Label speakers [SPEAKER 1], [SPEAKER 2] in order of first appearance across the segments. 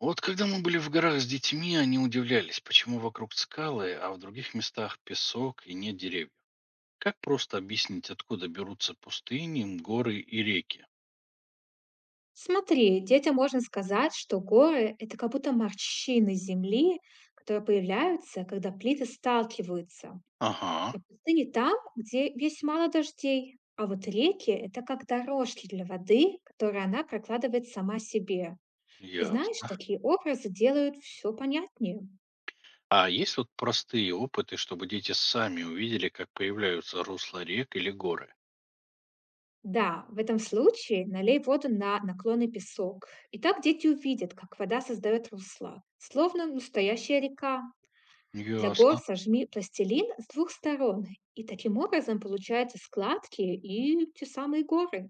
[SPEAKER 1] Вот когда мы были в горах с детьми, они удивлялись, почему вокруг скалы, а в других местах песок и нет деревьев. Как просто объяснить, откуда берутся пустыни, горы и реки?
[SPEAKER 2] Смотри, детям можно сказать, что горы – это как будто морщины земли, которые появляются, когда плиты сталкиваются.
[SPEAKER 1] Ага,
[SPEAKER 2] А пустыни там, где есть мало дождей. А вот реки – это как дорожки для воды, которые она прокладывает сама себе. И знаешь,
[SPEAKER 1] ясно.
[SPEAKER 2] такие образы делают все понятнее.
[SPEAKER 1] А есть вот простые опыты, чтобы дети сами увидели, как появляются русла рек или горы?
[SPEAKER 2] Да, в этом случае налей воду на наклонный песок. И так дети увидят, как вода создает русло, словно настоящая река. Для гор
[SPEAKER 1] Ясно.
[SPEAKER 2] сожми пластилин с двух сторон, и таким образом получаются складки и те самые горы.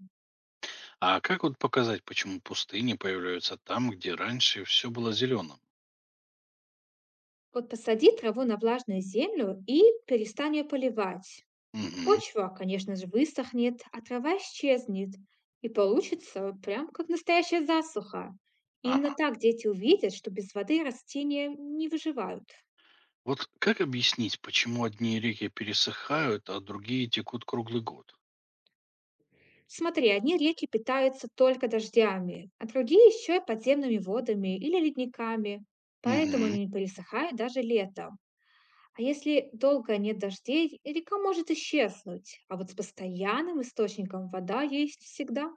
[SPEAKER 1] А как вот показать, почему пустыни появляются там, где раньше все было зеленым?
[SPEAKER 2] Вот посади траву на влажную землю и перестань ее поливать.
[SPEAKER 1] Угу.
[SPEAKER 2] Почва, конечно же, высохнет, а трава исчезнет, и получится прям как настоящая засуха. Именно так дети увидят, что без воды растения не выживают.
[SPEAKER 1] Вот как объяснить, почему одни реки пересыхают, а другие текут круглый год?
[SPEAKER 2] Смотри, одни реки питаются только дождями, а другие еще и подземными водами или ледниками, поэтому
[SPEAKER 1] Угу,
[SPEAKER 2] они не пересыхают даже летом. А если долго нет дождей, река может исчезнуть, а вот с постоянным источником вода есть всегда.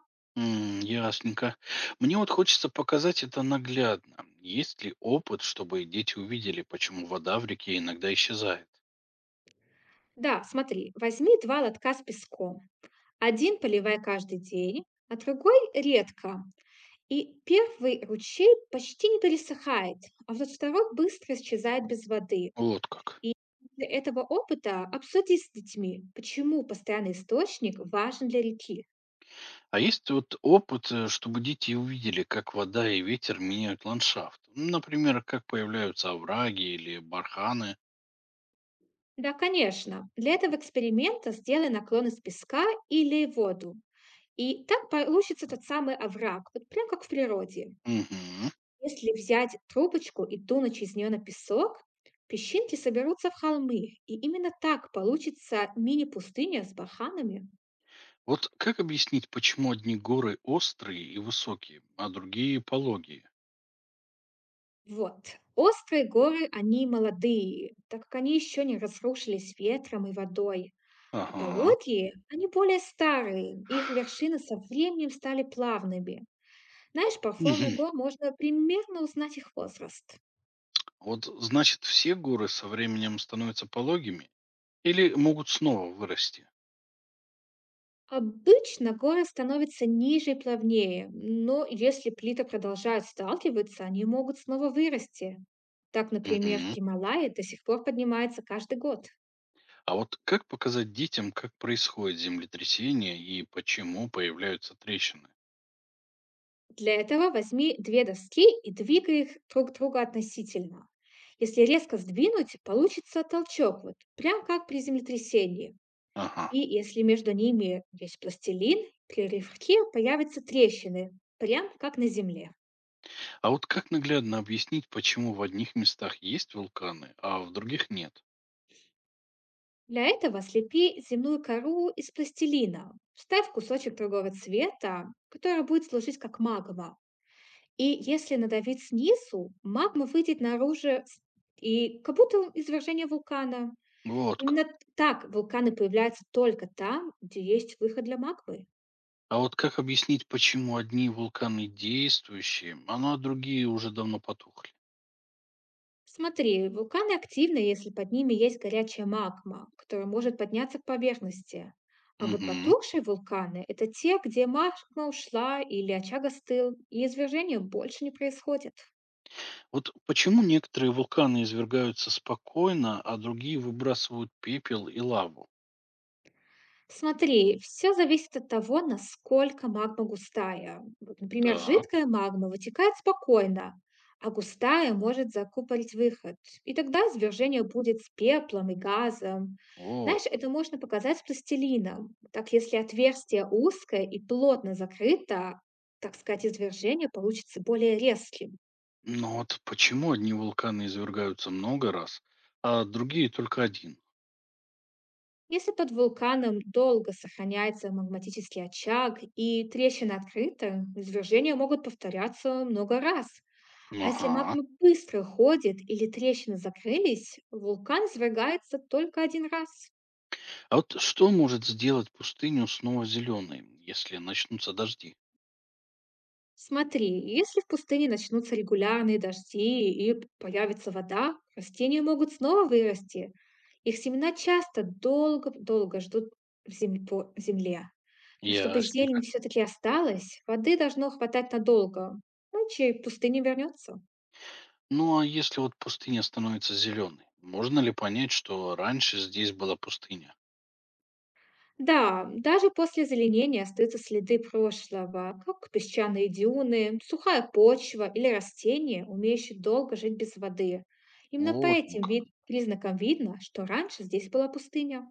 [SPEAKER 1] ясненько. Мне вот хочется показать это наглядно. Есть ли опыт, чтобы дети увидели, почему вода в реке иногда исчезает?
[SPEAKER 2] Да, смотри, возьми два лотка с песком. Один поливай каждый день, а другой редко. И первый ручей почти не пересыхает, а вот второй быстро исчезает без воды.
[SPEAKER 1] Вот как.
[SPEAKER 2] И после этого опыта обсуди с детьми, почему постоянный источник важен для реки.
[SPEAKER 1] А есть вот опыт, чтобы дети увидели, как вода и ветер меняют ландшафт? Ну, например, как появляются овраги или барханы?
[SPEAKER 2] Да, конечно. Для этого эксперимента сделай наклон из песка или воду. И так получится тот самый овраг, вот прям как в природе.
[SPEAKER 1] Угу.
[SPEAKER 2] Если взять трубочку и тунуть из нее на песок, песчинки соберутся в холмы, и именно так получится мини-пустыня с барханами.
[SPEAKER 1] Вот как объяснить, почему одни горы острые и высокие, а другие пологие?
[SPEAKER 2] Вот. Острые горы, они молодые, так как они еще не разрушились ветром и водой. А
[SPEAKER 1] Ага.
[SPEAKER 2] полодьи, они более старые, их вершины со временем стали плавными. Знаешь, по форме
[SPEAKER 1] Мгм.
[SPEAKER 2] гор можно примерно узнать их возраст.
[SPEAKER 1] Вот значит, все горы со временем становятся пологими или могут снова вырасти?
[SPEAKER 2] Обычно горы становятся ниже и плавнее, но если плиты продолжают сталкиваться, они могут снова вырасти. Так, например,
[SPEAKER 1] Мгм.
[SPEAKER 2] Гималаи до сих пор поднимаются каждый год.
[SPEAKER 1] А вот как показать детям, как происходит землетрясение и почему появляются трещины?
[SPEAKER 2] Для этого возьми две доски и двигай их друг к другу относительно. Если резко сдвинуть, получится толчок, вот прям как при землетрясении.
[SPEAKER 1] Ага.
[SPEAKER 2] И если между ними есть пластилин, при рывке появятся трещины, прям как на земле.
[SPEAKER 1] А вот как наглядно объяснить, почему в одних местах есть вулканы, а в других нет?
[SPEAKER 2] Для этого слепи земную кору из пластилина, вставь кусочек другого цвета, который будет служить как магма. И если надавить снизу, магма выйдет наружу и как будто извержение вулкана.
[SPEAKER 1] Вот как.
[SPEAKER 2] Именно т так вулканы появляются только там, где есть выход для магмы.
[SPEAKER 1] А вот как объяснить, почему одни вулканы действующие, а ну, а другие уже давно потухли?
[SPEAKER 2] Смотри, вулканы активны, если под ними есть горячая магма, которая может подняться к поверхности. А вот
[SPEAKER 1] Угу.
[SPEAKER 2] потухшие вулканы – это те, где магма ушла или очаг остыл, и извержения больше не происходит.
[SPEAKER 1] Вот почему некоторые вулканы извергаются спокойно, а другие выбрасывают пепел и лаву?
[SPEAKER 2] Смотри, все зависит от того, насколько магма густая. Вот, например,
[SPEAKER 1] Так,
[SPEAKER 2] жидкая магма вытекает спокойно, а густая может закупорить выход. И тогда извержение будет с пеплом и газом.
[SPEAKER 1] вот
[SPEAKER 2] Знаешь,
[SPEAKER 1] как.
[SPEAKER 2] это можно показать с пластилином. Так, если отверстие узкое и плотно закрыто, так сказать, извержение получится более резким.
[SPEAKER 1] Но вот почему одни вулканы извергаются много раз, а другие только один?
[SPEAKER 2] Если под вулканом долго сохраняется магматический очаг и трещина открыта, извержения могут повторяться много раз. А если
[SPEAKER 1] Ага.
[SPEAKER 2] магма быстро ходит или трещины закрылись, вулкан извергается только один раз.
[SPEAKER 1] А вот что может сделать пустыню снова зеленой, если начнутся дожди?
[SPEAKER 2] Смотри, если в пустыне начнутся регулярные дожди и появится вода, растения могут снова вырасти. Их семена часто долго-долго ждут по земле. Но чтобы
[SPEAKER 1] Ясненько.
[SPEAKER 2] зелень все-таки осталась, воды должно хватать надолго, иначе пустыня вернется.
[SPEAKER 1] Ну а если вот пустыня становится зеленой, можно ли понять, что раньше здесь была пустыня?
[SPEAKER 2] Да, даже после зеленения остаются следы прошлого, как песчаные дюны, сухая почва или растения, умеющие долго жить без воды. Именно по
[SPEAKER 1] Вот, ну
[SPEAKER 2] этим
[SPEAKER 1] как.
[SPEAKER 2] вид- признакам видно, что раньше здесь была пустыня.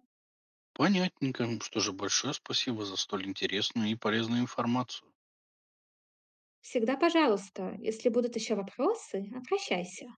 [SPEAKER 1] Понятненько. Что же, большое спасибо за столь интересную и полезную информацию.
[SPEAKER 2] Всегда, пожалуйста, если будут еще вопросы, обращайся.